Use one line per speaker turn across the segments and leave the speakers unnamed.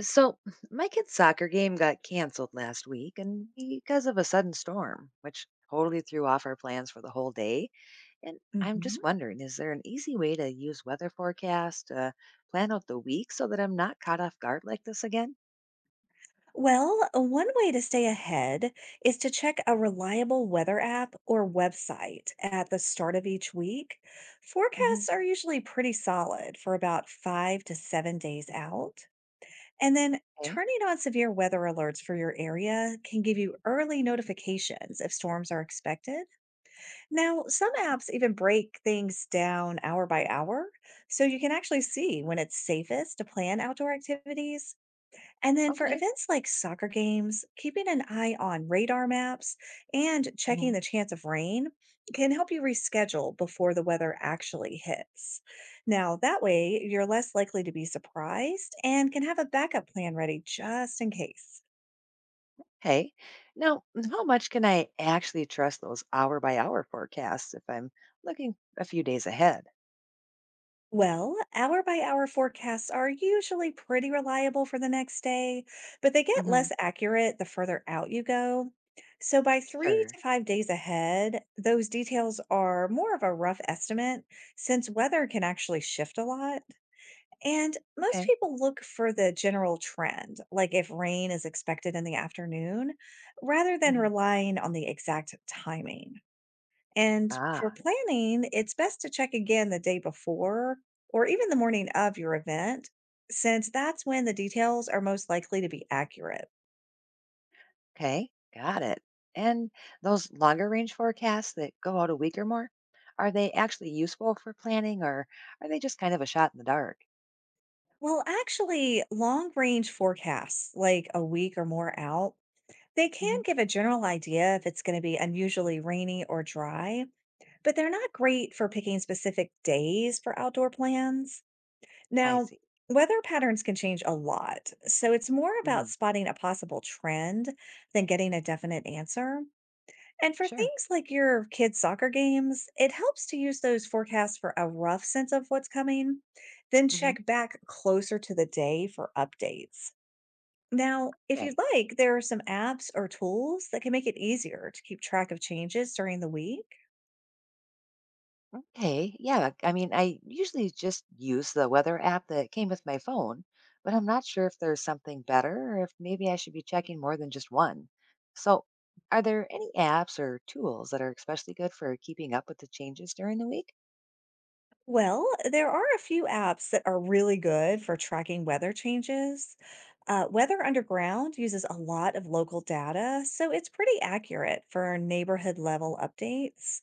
So, my kid's soccer game got canceled last week and because of a sudden storm, which totally threw off our plans for the whole day. And I'm just
Mhm.
wondering, is there an easy way to use weather forecast to plan out the week so that I'm not caught off guard like this again?
One way to stay ahead is to check a reliable weather app or website at the start of each week.
hmm
Forecasts are usually pretty solid for about 5 to 7 days out. And then
Okay.
turning on severe weather alerts for your area can give you early notifications if storms are expected. Now, some apps even break things down hour by hour, so you can actually see when it's safest to plan outdoor activities. And then for
Okay.
events like soccer games, keeping an eye on radar maps and checking
Mhm.
the chance of rain can help you reschedule before the weather actually hits. Now, that way, you're less likely to be surprised and can have a backup plan ready just in case.
Hey, now, how much can I actually trust those hour by hour forecasts if I'm looking a few days ahead?
Well, hour by hour forecasts are usually pretty reliable for the next day, but they get
hmm
less accurate the further out you go. So, by three
Sure.
to five days ahead, those details are more of a rough estimate since weather can actually shift a lot. And most
Okay.
people look for the general trend, like if rain is expected in the afternoon, rather than
Mhm.
relying on the exact timing. And for
Ah.
planning, it's best to check again the day before or even the morning of your event, since that's when the details are most likely to be accurate.
Okay, got it. And those longer range forecasts that go out a week or more, are they actually useful for planning or are they just kind of a shot in the dark?
Well, actually, long range forecasts, like a week or more out, they can
hmm
give a general idea if it's going to be unusually rainy or dry, but they're not great for picking specific days for outdoor plans.
I
Now,
see.
weather patterns can change a lot, so it's more
hmm
about spotting a possible trend than getting a definite answer. And for
Sure.
things like your kids' soccer games, it helps to use those forecasts for a rough sense of what's coming, then
hmm
check back closer to the day for updates. Now, if
Okay.
you'd like, there are some apps or tools that can make it easier to keep track of changes during the week.
Okay. Yeah. I mean, I usually just use the weather app that came with my phone, but I'm not sure if there's something better or if maybe I should be checking more than just one. So, are there any apps or tools that are especially good for keeping up with the changes during the week?
Well, there are a few apps that are really good for tracking weather changes. Weather Underground uses a lot of local data, so it's pretty accurate for neighborhood level updates.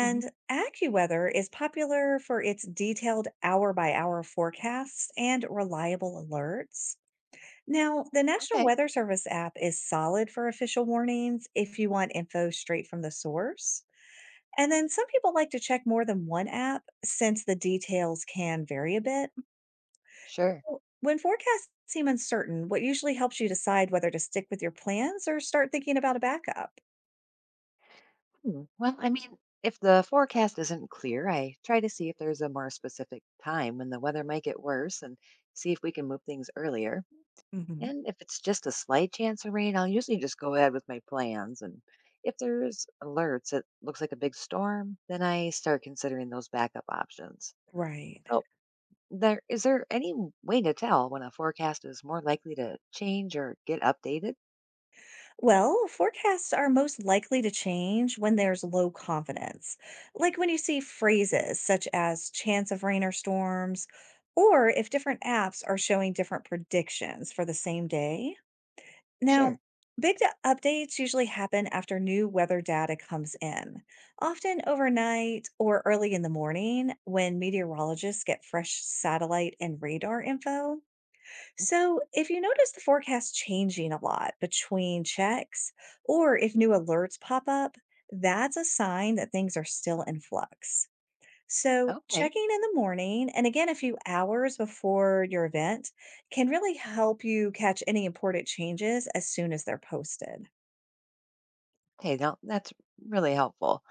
hmm
AccuWeather is popular for its detailed hour by hour forecasts and reliable alerts. Now, the National
Okay.
Weather Service app is solid for official warnings if you want info straight from the source. And then some people like to check more than one app since the details can vary a bit.
Sure.
When forecasts seem uncertain, what usually helps you decide whether to stick with your plans or start thinking about a backup?
Hmm, well, I mean, if the forecast isn't clear, I try to see if there's a more specific time when the weather might get worse and see if we can move things earlier.
Hmm.
And if it's just a slight chance of rain, I'll usually just go ahead with my plans. And if there's alerts that looks like a big storm, then I start considering those backup options.
Right.
So, there is there any way to tell when a forecast is more likely to change or get updated?
Well, forecasts are most likely to change when there's low confidence, like when you see phrases such as chance of rain or storms, or if different apps are showing different predictions for the same day. Now,
Sure.
big updates usually happen after new weather data comes in, often overnight or early in the morning when meteorologists get fresh satellite and radar info. So, if you notice the forecast changing a lot between checks or if new alerts pop up, that's a sign that things are still in flux. So,
Okay.
checking in the morning and again a few hours before your event can really help you catch any important changes as soon as they're posted.
Okay, now that's really helpful.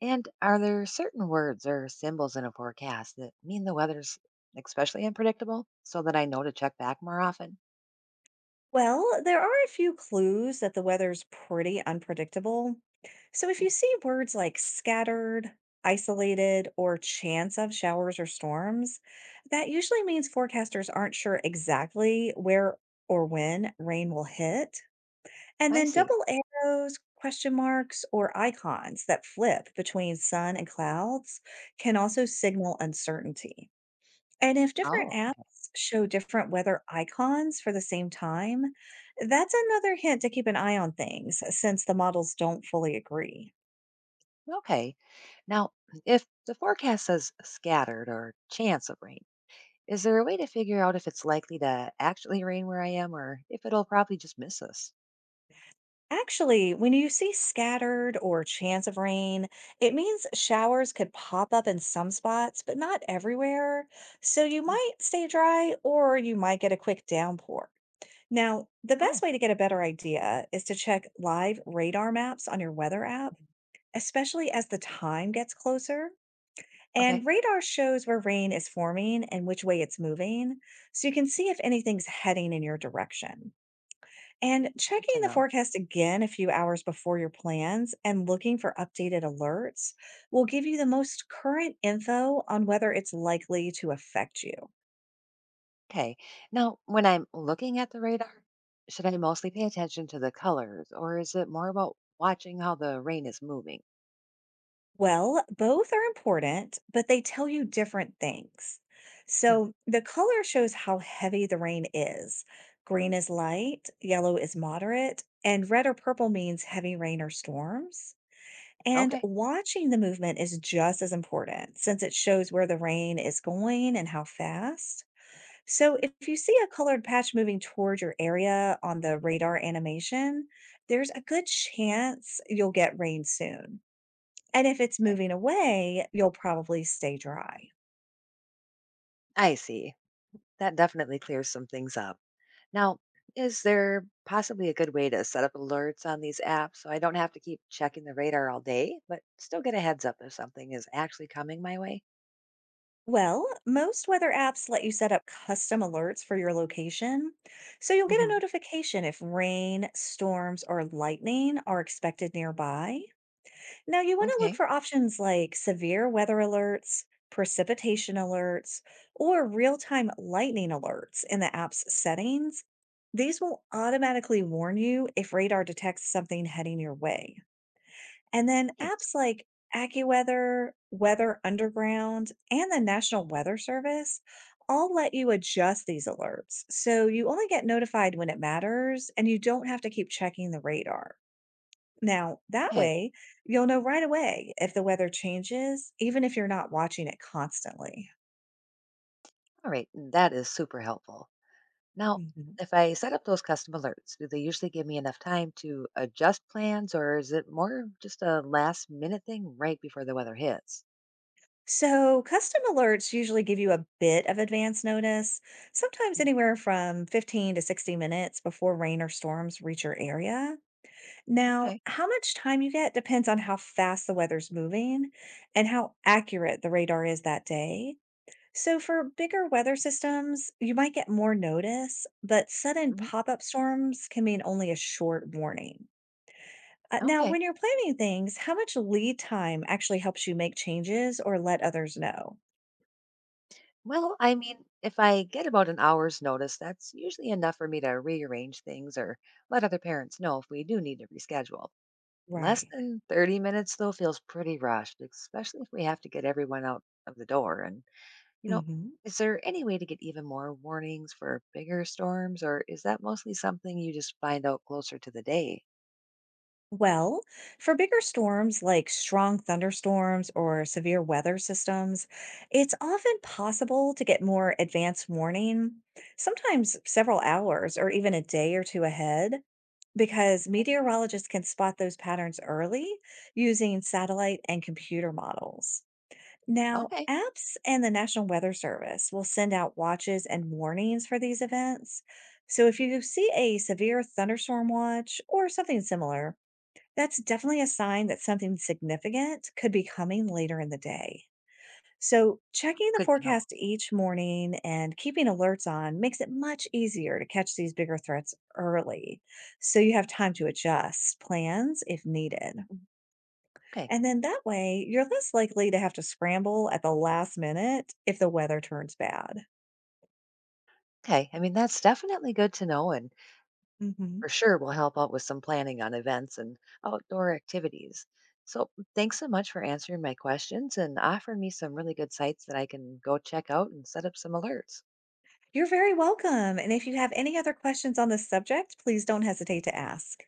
And are there certain words or symbols in a forecast that mean the weather's especially unpredictable so that I know to check back more often?
Well, there are a few clues that the weather's pretty unpredictable. So, if you see words like scattered, isolated, or chance of showers or storms, that usually means forecasters aren't sure exactly where or when rain will hit. And
I
then
see.
double arrows, question marks, or icons that flip between sun and clouds can also signal uncertainty. And if different
Oh,
apps show different weather icons for the same time, that's another hint to keep an eye on things, since the models don't fully agree.
okay. Now, if the forecast says scattered or chance of rain, is there a way to figure out if it's likely to actually rain where I am or if it'll probably just miss us?
Actually, when you see scattered or chance of rain, it means showers could pop up in some spots, but not everywhere. So you
Mm,
might stay dry or you might get a quick downpour. Now, the best
oh,
way to get a better idea is to check live radar maps on your weather app, especially as the time gets closer.
okay.
And radar shows where rain is forming and which way it's moving, so you can see if anything's heading in your direction. And
Good
checking
to
the
know.
forecast again a few hours before your plans and looking for updated alerts will give you the most current info on whether it's likely to affect you.
Okay. Now, when I'm looking at the radar, should I mostly pay attention to the colors or is it more about watching how the rain is moving?
Well, both are important, but they tell you different things. So the color shows how heavy the rain is. Green is light, yellow is moderate, and red or purple means heavy rain or storms. And
Okay.
watching the movement is just as important since it shows where the rain is going and how fast. So if you see a colored patch moving toward your area on the radar animation, there's a good chance you'll get rain soon. And if it's
Okay.
moving away, you'll probably stay dry.
I see. That definitely clears some things up. Now, is there possibly a good way to set up alerts on these apps so I don't have to keep checking the radar all day, but still get a heads up if something is actually coming my way?
Well, most weather apps let you set up custom alerts for your location. So you'll get a
hmm
notification if rain, storms, or lightning are expected nearby. Now, you want to look
Okay.
for options like severe weather alerts, precipitation alerts, or real time lightning alerts in the app's settings. These will automatically warn you if radar detects something heading your way. And then
Nice.
apps like AccuWeather, Weather Underground, and the National Weather Service all let you adjust these alerts. So you only get notified when it matters and you don't have to keep checking the radar. Now, that
Okay.
way, you'll know right away if the weather changes, even if you're not watching it constantly.
All right. That is super helpful. Now,
Hmm.
if I set up those custom alerts, do they usually give me enough time to adjust plans or is it more just a last minute thing right before the weather hits?
So, custom alerts usually give you a bit of advance notice, sometimes anywhere from 15 to 60 minutes before rain or storms reach your area. Now,
Okay.
how much time you get depends on how fast the weather's moving and how accurate the radar is that day. So for bigger weather systems, you might get more notice, but sudden
hmm
pop-up storms can mean only a short warning. Now,
Okay.
when you're planning things, how much lead time actually helps you make changes or let others know?
Well, I mean, if I get about an hour's notice, that's usually enough for me to rearrange things or let other parents know if we do need to reschedule. Less
Right.
than 30 minutes, though, feels pretty rushed, especially if we have to get everyone out of the door. And, you know,
Hmm.
is there any way to get even more warnings for bigger storms, or is that mostly something you just find out closer to the day?
Well, for bigger storms like strong thunderstorms or severe weather systems, it's often possible to get more advance warning, sometimes several hours or even a day or two ahead. Because meteorologists can spot those patterns early using satellite and computer models. Now,
Okay.
apps and the National Weather Service will send out watches and warnings for these events. So if you see a severe thunderstorm watch or something similar, that's definitely a sign that something significant could be coming later in the day. So, checking the
Good to know.
forecast each morning and keeping alerts on makes it much easier to catch these bigger threats early. So, you have time to adjust plans if needed.
Okay.
And then that way, you're less likely to have to scramble at the last minute if the weather turns bad.
Okay. I mean, that's definitely good to know and
Hmm.
for sure will help out with some planning on events and outdoor activities. So, thanks so much for answering my questions and offering me some really good sites that I can go check out and set up some alerts.
You're very welcome. And if you have any other questions on this subject, please don't hesitate to ask.